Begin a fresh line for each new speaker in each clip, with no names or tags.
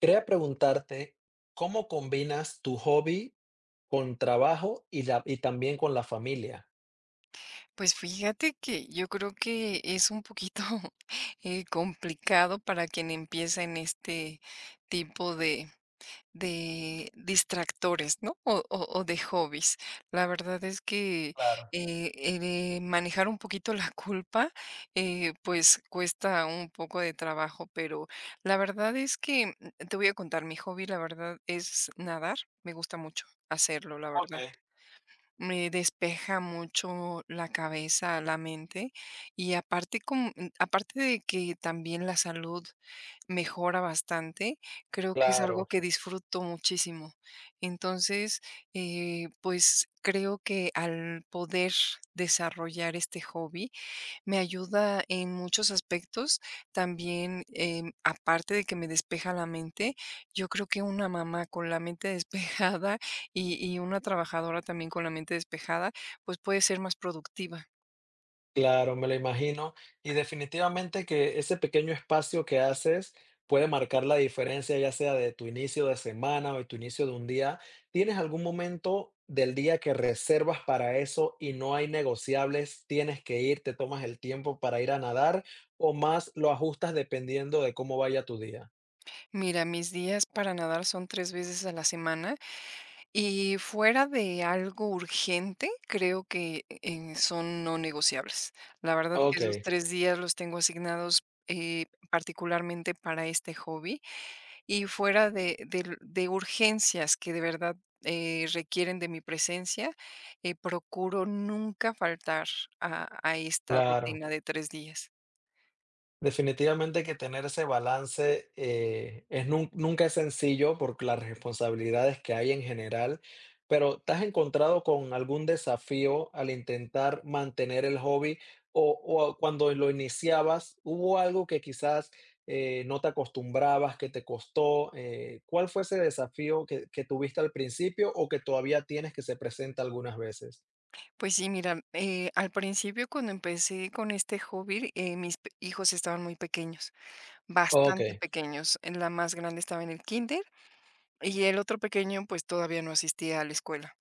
Quería preguntarte, ¿cómo combinas tu hobby con trabajo y también con la familia?
Pues fíjate que yo creo que es un poquito complicado para quien empieza en este tipo de distractores, ¿no? O, o de hobbies. La verdad es que
Claro,
manejar un poquito la culpa, pues cuesta un poco de trabajo, pero la verdad es que te voy a contar, mi hobby, la verdad, es nadar. Me gusta mucho hacerlo, la
ok.
verdad. Me despeja mucho la cabeza, la mente, y aparte com aparte de que también la salud mejora bastante, creo que es
Claro,
algo que disfruto muchísimo. Entonces, creo que al poder desarrollar este hobby, me ayuda en muchos aspectos. También, aparte de que me despeja la mente, yo creo que una mamá con la mente despejada y una trabajadora también con la mente despejada, pues, puede ser más productiva.
claro, me lo imagino. Y definitivamente que ese pequeño espacio que haces puede marcar la diferencia, ya sea de tu inicio de semana o de tu inicio de un día. ¿Tienes algún momento del día que reservas para eso y no hay negociables? ¿Tienes que ir, te tomas el tiempo para ir a nadar o más lo ajustas dependiendo de cómo vaya tu día?
Mira, mis días para nadar son 3 veces a la semana, y fuera de algo urgente, creo que, son no negociables. La verdad que
Ok.
esos 3 días los tengo asignados, particularmente para este hobby. Y fuera de del de urgencias que de verdad, requieren de mi presencia, procuro nunca faltar a esta
Claro,
rutina de 3 días.
definitivamente que tener ese balance es nunca es sencillo por las responsabilidades que hay en general, pero ¿te has encontrado con algún desafío al intentar mantener el hobby o cuando lo iniciabas, hubo algo que quizás no te acostumbrabas, que te costó? ¿Cuál fue ese desafío que tuviste al principio o que todavía tienes que se presenta algunas veces?
Pues sí, mira, al principio, cuando empecé con este hobby, mis pe hijos estaban muy pequeños,
Ok,
bastante pequeños. La más grande estaba en el kinder y el otro pequeño, pues, todavía no asistía a la escuela.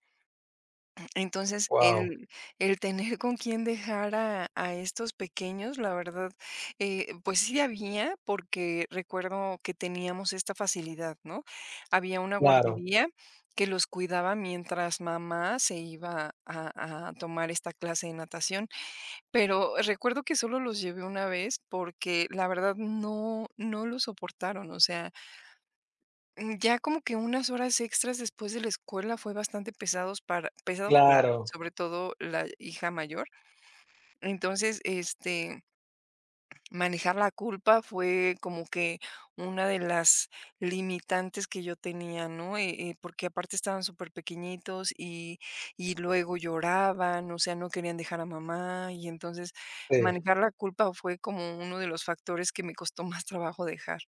Entonces,
wow,
el tener con quién dejar a estos pequeños, la verdad, pues sí había, porque recuerdo que teníamos esta facilidad, ¿no? Había una
claro,
guardería que los cuidaba mientras mamá se iba a tomar esta clase de natación, pero recuerdo que solo los llevé una vez porque la verdad no lo soportaron, o sea. Ya como que unas horas extras después de la escuela fue bastante pesados para pesado para,
claro,
sobre todo, la hija mayor. Entonces, este, manejar la culpa fue como que una de las limitantes que yo tenía, ¿no? Porque aparte estaban súper pequeñitos y luego lloraban, o sea, no querían dejar a mamá, y entonces
sí.
manejar la culpa fue como uno de los factores que me costó más trabajo dejar.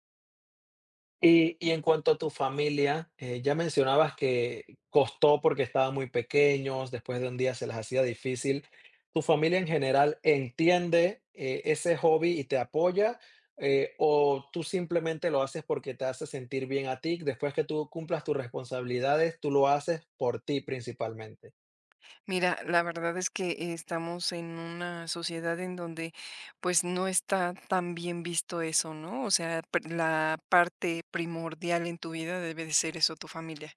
Y en cuanto a tu familia, ya mencionabas que costó porque estaban muy pequeños, después de un día se les hacía difícil. ¿Tu familia en general entiende, ese hobby y te apoya, o tú simplemente lo haces porque te hace sentir bien a ti? Después que tú cumplas tus responsabilidades, tú lo haces por ti principalmente.
Mira, la verdad es que estamos en una sociedad en donde pues no está tan bien visto eso, ¿no? O sea, la parte primordial en tu vida debe de ser eso, tu familia.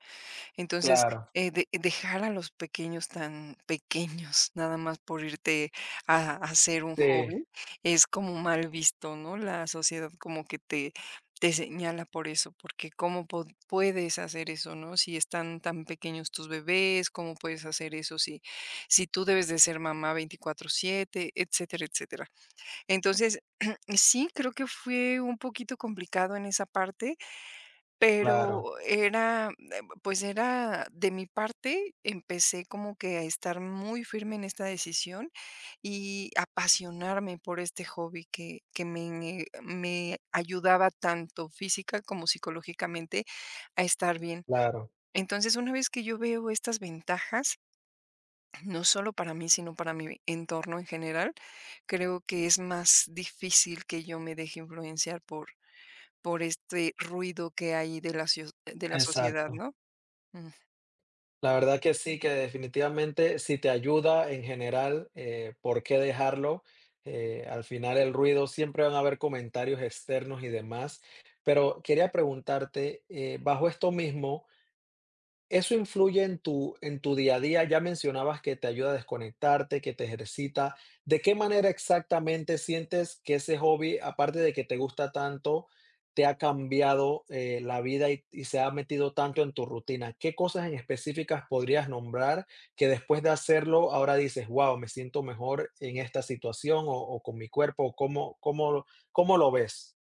Entonces,
Claro,
de dejar a los pequeños tan pequeños, nada más por irte a hacer un
sí,
hobby, es como mal visto, ¿no? La sociedad como que te señala por eso, porque cómo pod puedes hacer eso, ¿no? Si están tan pequeños tus bebés, ¿cómo puedes hacer eso? Si si tú debes de ser mamá 24/7, etcétera, etcétera. Entonces, sí, creo que fue un poquito complicado en esa parte,
claro,
pero era, pues era de mi parte, empecé como que a estar muy firme en esta decisión y apasionarme por este hobby que me ayudaba tanto física como psicológicamente a estar bien.
claro,
Entonces, una vez que yo veo estas ventajas, no solo para mí, sino para mi entorno en general, creo que es más difícil que yo me deje influenciar por este ruido que hay de la cio de la sociedad,
exacto.
¿no?
La verdad que sí, que definitivamente si te ayuda en general, ¿por qué dejarlo? Al final el ruido, siempre van a haber comentarios externos y demás, pero quería preguntarte, bajo esto mismo, eso influye en tu día a día. Ya mencionabas que te ayuda a desconectarte, que te ejercita. ¿De qué manera exactamente sientes que ese hobby, aparte de que te gusta tanto, te ha cambiado, la vida y se ha metido tanto en tu rutina? ¿Qué cosas en específicas podrías nombrar que después de hacerlo ahora dices: "Guau, me siento mejor en esta situación o con mi cuerpo"? Cómo lo ves?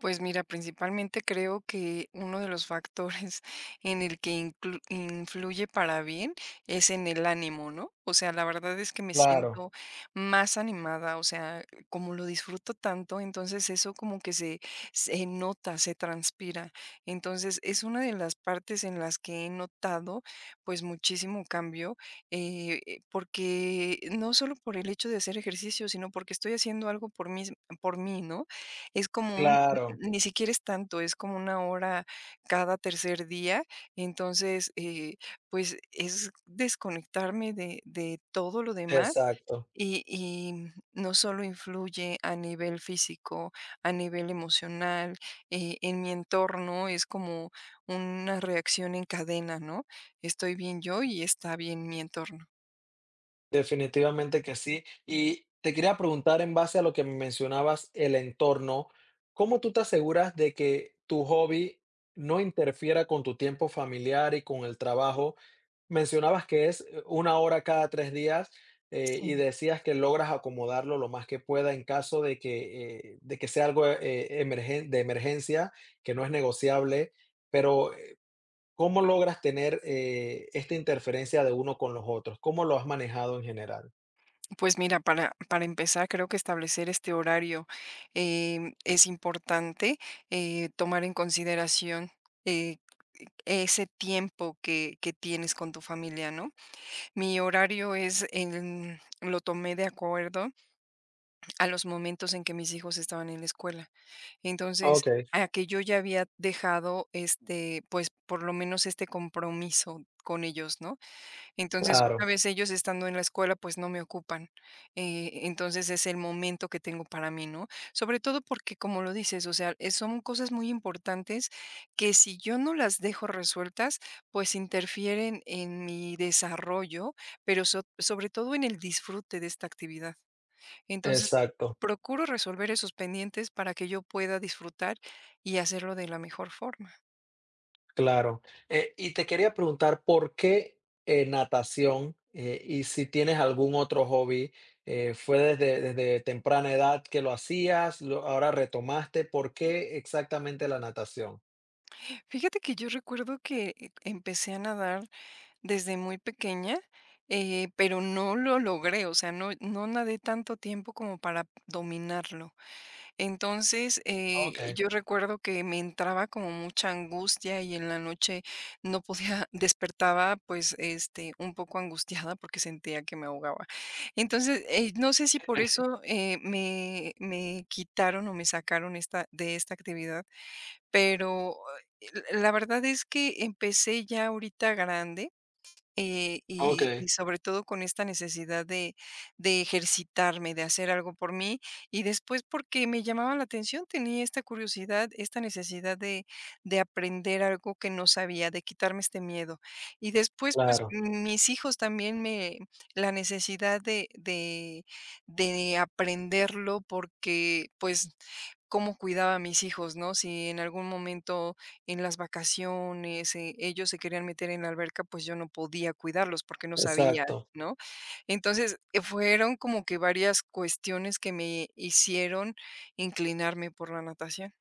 Pues mira, principalmente creo que uno de los factores en el que influye para bien es en el ánimo, ¿no? O sea, la verdad es que me
Claro,
siento más animada, o sea, como lo disfruto tanto, entonces eso como que se nota, se transpira. Entonces es una de las partes en las que he notado pues muchísimo cambio, porque no solo por el hecho de hacer ejercicio, sino porque estoy haciendo algo por mí, ¿no? Es como un,
claro,
ni siquiera es tanto, es como una hora cada tercer día. Entonces, pues, es desconectarme de todo lo demás,
exacto.
y no solo influye a nivel físico, a nivel emocional, en mi entorno, es como una reacción en cadena, ¿no? Estoy bien yo y está bien mi entorno.
Definitivamente que sí. Y te quería preguntar en base a lo que me mencionabas, el entorno, ¿cómo tú te aseguras de que tu hobby no interfiera con tu tiempo familiar y con el trabajo? Mencionabas que es una hora cada tres días y
Sí.
decías que logras acomodarlo lo más que pueda en caso de que sea algo de emergencia, que no es negociable, pero ¿cómo logras tener esta interferencia de uno con los otros? ¿Cómo lo has manejado en general?
Pues mira, para empezar, creo que establecer este horario es importante tomar en consideración eh, ese tiempo que tienes con tu familia, ¿no? Mi horario es, lo tomé de acuerdo a los momentos en que mis hijos estaban en la escuela. Entonces,
Okey,
a que yo ya había dejado este, pues por lo menos este compromiso con ellos, ¿no? Entonces,
claro,
una vez ellos estando en la escuela, pues no me ocupan. Entonces es el momento que tengo para mí, ¿no? Sobre todo porque, como lo dices, o sea, son cosas muy importantes que si yo no las dejo resueltas, pues interfieren en mi desarrollo, pero sobre todo en el disfrute de esta actividad. Entonces,
exacto,
procuro resolver esos pendientes para que yo pueda disfrutar y hacerlo de la mejor forma.
claro. Y te quería preguntar, ¿por qué natación? Y si tienes algún otro hobby, ¿fue desde temprana edad que lo hacías, lo ahora retomaste? ¿Por qué exactamente la natación?
Fíjate que yo recuerdo que empecé a nadar desde muy pequeña, pero no lo logré, o sea, no nadé tanto tiempo como para dominarlo. Entonces,
Okey,
yo recuerdo que me entraba como mucha angustia y en la noche no podía, despertaba, pues, este, un poco angustiada porque sentía que me ahogaba. Entonces, no sé si por eso, me quitaron o me sacaron esta de esta actividad, pero, la verdad es que empecé ya ahorita grande, y
okey,
sobre todo con esta necesidad de ejercitarme, de hacer algo por mí, y después porque me llamaba la atención, tenía esta curiosidad, esta necesidad de aprender algo que no sabía, de quitarme este miedo. Y después, pues,
claro,
mis hijos también me, la necesidad de de aprenderlo porque, pues, cómo cuidaba a mis hijos, ¿no? Si en algún momento en las vacaciones, ellos se querían meter en la alberca, pues yo no podía cuidarlos porque no sabía,
exacto.
¿no? Entonces, fueron como que varias cuestiones que me hicieron inclinarme por la natación.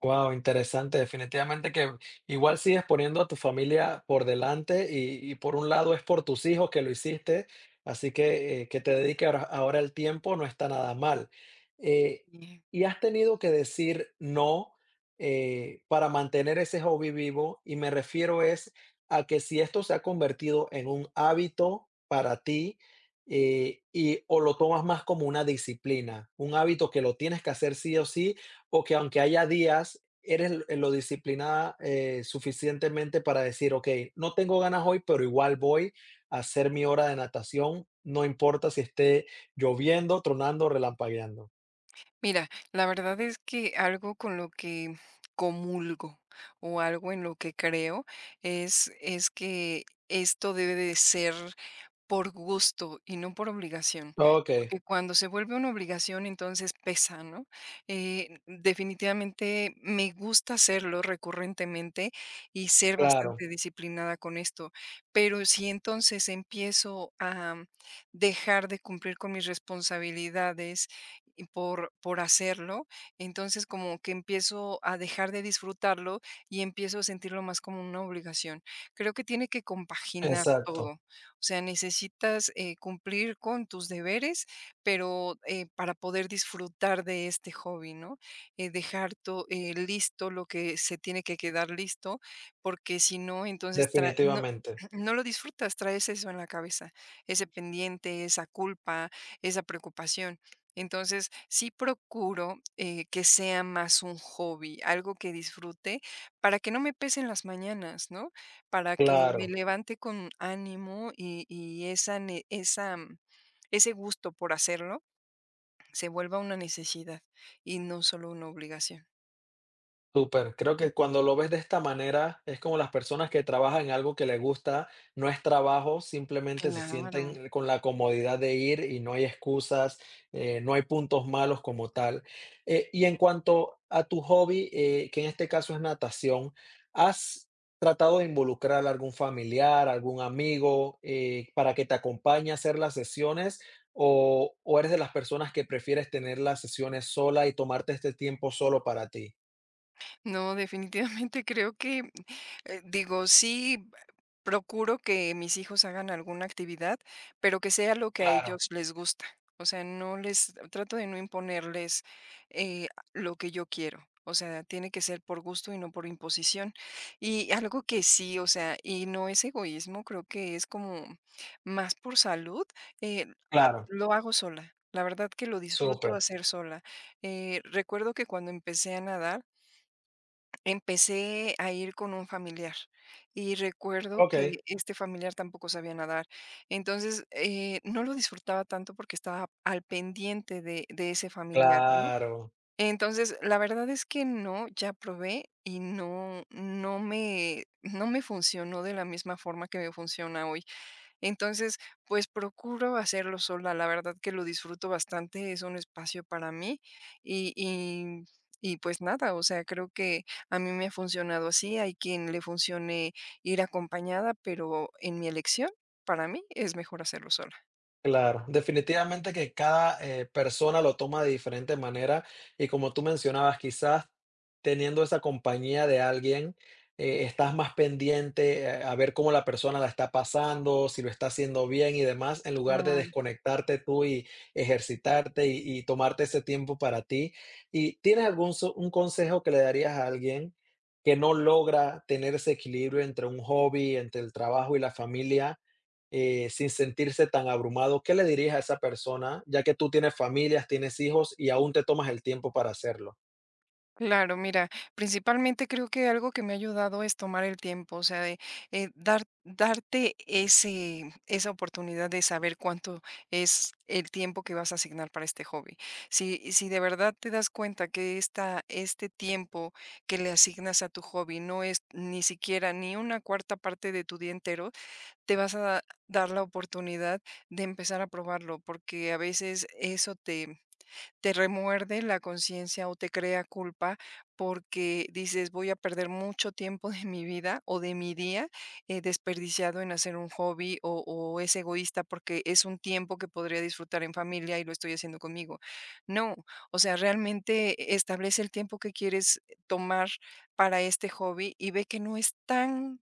Wow, interesante. Definitivamente que igual sigues poniendo a tu familia por delante y por un lado es por tus hijos que lo hiciste, así que te dedique ahora el tiempo no está nada mal. Eh,
Y
y has tenido que decir no para mantener ese hobby vivo y me refiero es a que si esto se ha convertido en un hábito para ti y o lo tomas más como una disciplina, un hábito que lo tienes que hacer sí o sí o que aunque haya días, eres l lo disciplinada, suficientemente para decir: "Okey, no tengo ganas hoy, pero igual voy a hacer mi hora de natación, no importa si esté lloviendo, tronando, relampagueando".
mira, la verdad es que algo con lo que comulgo o algo en lo que creo es que esto debe de ser por gusto y no por obligación,
Okey,
porque cuando se vuelve una obligación, entonces pesa, ¿no? Definitivamente me gusta hacerlo recurrentemente y ser
claro,
bastante disciplinada con esto, pero si entonces empiezo a dejar de cumplir con mis responsabilidades y por hacerlo, entonces como que empiezo a dejar de disfrutarlo y empiezo a sentirlo más como una obligación. Creo que tiene que compaginar todo.
exacto,
O sea, necesitas cumplir con tus deberes, pero para poder disfrutar de este hobby, ¿no? Dejar listo lo que se tiene que quedar listo, porque si no, entonces no,
definitivamente,
no lo disfrutas, traes eso en la cabeza, ese pendiente, esa culpa, esa preocupación. Entonces, sí procuro que sea más un hobby, algo que disfrute, para que no me pesen las mañanas, ¿no? Para que me
claro.
levante con ánimo y esa ne esa, ese gusto por hacerlo se vuelva una necesidad y no solo una obligación.
Súper, creo que cuando lo ves de esta manera, es como las personas que trabajan en algo que les gusta, no es trabajo, simplemente se
Claro.
sienten con la comodidad de ir y no hay excusas, no hay puntos malos como tal. Y en cuanto a tu hobby, que en este caso es natación, ¿has tratado de involucrar a algún familiar, algún amigo, para que te acompañe a hacer las sesiones? O eres de las personas que prefieres tener las sesiones sola y tomarte este tiempo solo para ti?
No, definitivamente creo que, digo, sí, procuro que mis hijos hagan alguna actividad, pero que sea lo que a
Claro.
ellos les gusta. O sea, no les trato de no imponerles eh, lo que yo quiero. O sea, tiene que ser por gusto y no por imposición. Y algo que sí, o sea, y no es egoísmo, creo que es como más por salud, eh,
Claro,
lo hago sola. La verdad que lo disfruto
súper.
hacer sola. Recuerdo que cuando empecé a nadar, empecé a ir con un familiar y recuerdo que
Okey,
este familiar tampoco sabía nadar. Entonces, no lo disfrutaba tanto porque estaba al pendiente de ese familiar, ¿no?
claro.
Entonces, la verdad es que no, ya probé y no me funcionó de la misma forma que me funciona hoy. Entonces, pues procuro hacerlo sola, la verdad que lo disfruto bastante, es un espacio para mí y, y, y pues nada, o sea, creo que a mí me ha funcionado así, hay quien le funcione ir acompañada, pero en mi elección, para mí es mejor hacerlo sola.
Claro, definitivamente que cada persona lo toma de diferente manera y como tú mencionabas, quizás teniendo esa compañía de alguien, estás más pendiente a ver cómo la persona la está pasando, si lo está haciendo bien y demás, en lugar de
Claro.
desconectarte tú y ejercitarte y tomarte ese tiempo para ti. ¿Y tienes algún un consejo que le darías a alguien que no logra tener ese equilibrio entre un hobby, entre el trabajo y la familia? Sin sentirse tan abrumado? ¿Qué le dirías a esa persona, ya que tú tienes familias, tienes hijos y aún te tomas el tiempo para hacerlo?
Claro, mira, principalmente creo que algo que me ha ayudado es tomar el tiempo, o sea, de darte ese, esa oportunidad de saber cuánto es el tiempo que vas a asignar para este hobby. Si de verdad te das cuenta que este tiempo que le asignas a tu hobby no es ni siquiera ni una cuarta parte de tu día entero, te vas a dar la oportunidad de empezar a probarlo, porque a veces eso te remuerde la conciencia o te crea culpa porque dices, voy a perder mucho tiempo de mi vida o de mi día desperdiciado en hacer un hobby o es egoísta porque es un tiempo que podría disfrutar en familia y lo estoy haciendo conmigo. No, o sea, realmente establece el tiempo que quieres tomar para este hobby y ve que no es tan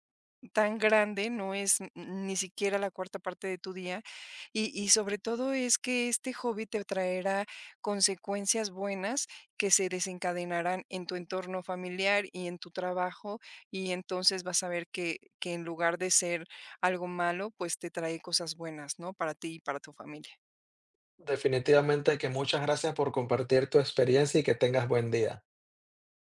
tan grande, no es ni siquiera la cuarta parte de tu día y sobre todo es que este hobby te traerá consecuencias buenas que se desencadenarán en tu entorno familiar y en tu trabajo, y entonces vas a ver que en lugar de ser algo malo, pues te trae cosas buenas, ¿no? Para ti y para tu familia.
Definitivamente que muchas gracias por compartir tu experiencia y que tengas buen día.